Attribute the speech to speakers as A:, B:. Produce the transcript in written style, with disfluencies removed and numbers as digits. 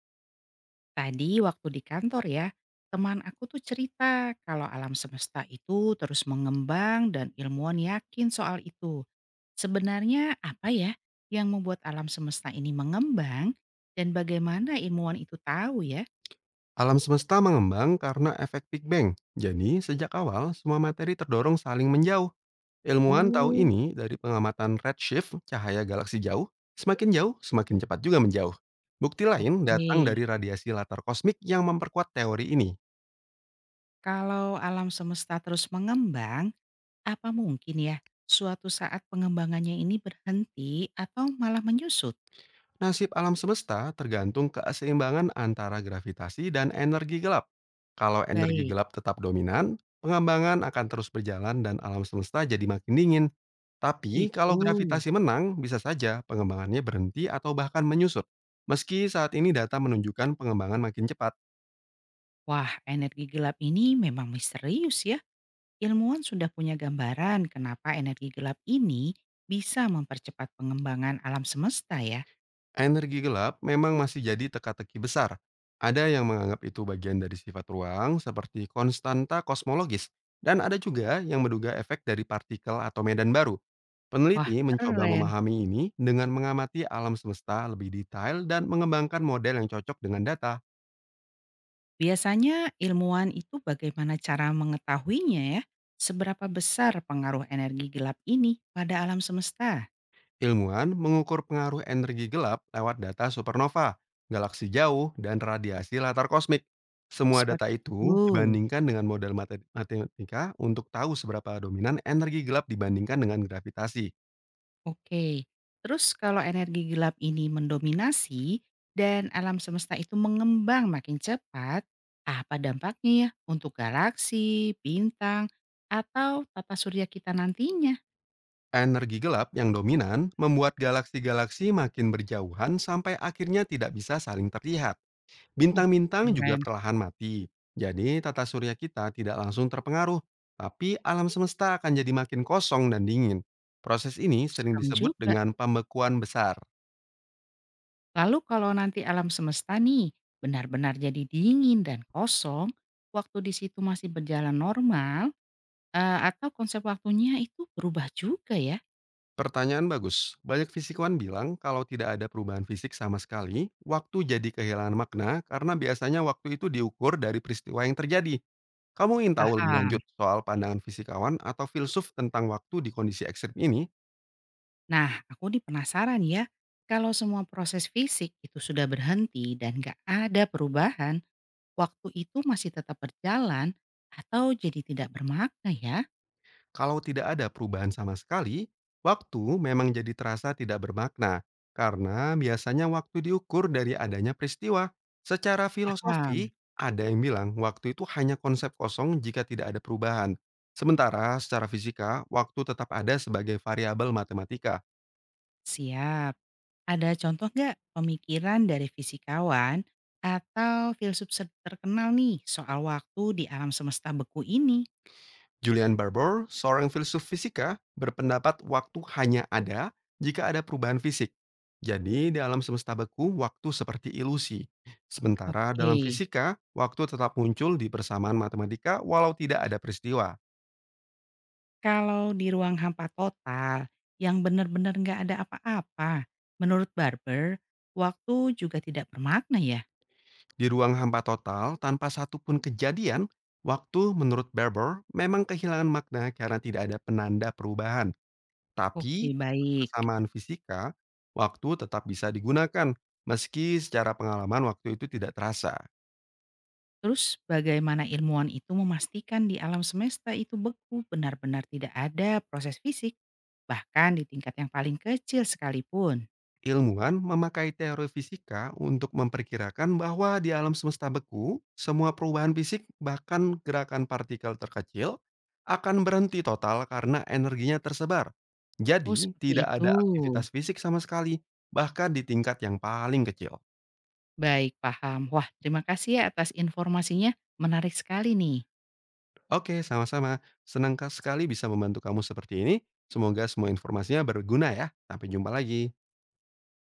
A: Tadi waktu di kantor ya, teman aku tuh cerita kalau alam semesta itu terus mengembang dan ilmuwan yakin soal itu. Sebenarnya apa ya yang membuat alam semesta ini mengembang dan bagaimana ilmuwan itu tahu ya?
B: Alam semesta mengembang karena efek Big Bang. Jadi, sejak awal semua materi terdorong saling menjauh. Ilmuwan tahu
A: Oh,
B: ini dari pengamatan redshift cahaya galaksi jauh. Semakin jauh, semakin cepat juga menjauh. Bukti lain datang
A: oke.
B: dari radiasi latar kosmik yang memperkuat teori ini.
A: Kalau alam semesta terus mengembang, apa mungkin ya suatu saat pengembangannya ini berhenti atau malah menyusut?
B: Nasib alam semesta tergantung keseimbangan antara gravitasi dan energi gelap. Kalau energi
A: Baik,
B: gelap tetap dominan, pengembangan akan terus berjalan dan alam semesta jadi makin dingin. Tapi kalau
A: itu.
B: gravitasi menang, bisa saja pengembangannya berhenti atau bahkan menyusut. Meski saat ini data menunjukkan pengembangan makin cepat.
A: Wah, energi gelap ini memang misterius ya. Ilmuwan sudah punya gambaran kenapa energi gelap ini bisa mempercepat pengembangan alam semesta ya.
B: Energi gelap memang masih jadi teka-teki besar. Ada yang menganggap itu bagian dari sifat ruang seperti konstanta kosmologis, dan ada juga yang menduga efek dari partikel atau medan baru.
A: Wah,
B: Peneliti mencoba
A: keren.
B: memahami ini dengan mengamati alam semesta lebih detail dan mengembangkan model yang cocok dengan data.
A: Biasanya ilmuwan itu bagaimana cara mengetahuinya ya? Seberapa besar pengaruh energi gelap ini pada alam semesta?
B: Ilmuwan mengukur pengaruh energi gelap lewat data supernova, galaksi jauh, dan radiasi latar kosmik. Semua data
A: Seperti
B: itu
A: itu.
B: dibandingkan dengan model matematika untuk tahu seberapa dominan energi gelap dibandingkan dengan gravitasi.
A: Oke, terus kalau energi gelap ini mendominasi dan alam semesta itu mengembang makin cepat, apa dampaknya ya untuk galaksi, bintang, atau tata surya kita nantinya?
B: Energi gelap yang dominan membuat galaksi-galaksi makin berjauhan sampai akhirnya tidak bisa saling terlihat.
A: Hmm,
B: Bintang-bintang juga
A: keren,
B: perlahan mati. Jadi tata surya kita tidak langsung terpengaruh, tapi alam semesta akan jadi makin kosong dan dingin. Proses ini sering
A: serem
B: disebut
A: juga.
B: dengan pembekuan besar.
A: Lalu kalau nanti alam semesta nih benar-benar jadi dingin dan kosong, waktu di situ masih berjalan normal, atau konsep waktunya itu berubah juga ya?
B: Pertanyaan bagus. Banyak fisikawan bilang kalau tidak ada perubahan fisik sama sekali, waktu jadi kehilangan makna karena biasanya waktu itu diukur dari peristiwa yang terjadi. Kamu ingin tahu lebih
A: Paham.
B: lanjut soal pandangan fisikawan atau filsuf tentang waktu di kondisi ekstrim ini?
A: Nah, aku nih penasaran ya, kalau semua proses fisik itu sudah berhenti dan gak ada perubahan, waktu itu masih tetap berjalan atau jadi tidak bermakna ya?
B: Kalau tidak ada perubahan sama sekali, waktu memang jadi terasa tidak bermakna, karena biasanya waktu diukur dari adanya peristiwa. Secara
A: Paham,
B: filosofi, ada yang bilang waktu itu hanya konsep kosong jika tidak ada perubahan. Sementara secara fisika, waktu tetap ada sebagai variabel matematika.
A: siap. Ada contoh nggak pemikiran dari fisikawan atau filsuf terkenal nih soal waktu di alam semesta beku ini?
B: Julian Barbour, seorang filsuf fisika, berpendapat waktu hanya ada jika ada perubahan fisik. Jadi, dalam semesta beku, waktu seperti ilusi. Sementara
A: Oke.
B: dalam fisika, waktu tetap muncul di persamaan matematika walau tidak ada peristiwa.
A: Kalau di ruang hampa total, yang benar-benar nggak ada apa-apa, menurut Barber, waktu juga tidak bermakna ya?
B: Di ruang hampa total, tanpa satupun kejadian, waktu menurut Barbour memang kehilangan makna karena tidak ada penanda perubahan.
A: Oke
B: Tapi,
A: baik.
B: persamaan fisika, waktu tetap bisa digunakan, meski secara pengalaman waktu itu tidak terasa.
A: Terus bagaimana ilmuwan itu memastikan di alam semesta itu beku benar-benar tidak ada proses fisik, bahkan di tingkat yang paling kecil sekalipun?
B: Ilmuwan memakai teori fisika untuk memperkirakan bahwa di alam semesta beku, semua perubahan fisik bahkan gerakan partikel terkecil akan berhenti total karena energinya tersebar.
A: Oh
B: Jadi,
A: seperti
B: tidak
A: itu.
B: ada aktivitas fisik sama sekali, bahkan di tingkat yang paling kecil.
A: Baik paham. Wah terima kasih ya atas informasinya, menarik sekali nih.
B: Oke, sama-sama. Senang sekali bisa membantu kamu seperti ini. Semoga semua informasinya berguna ya. Sampai jumpa lagi.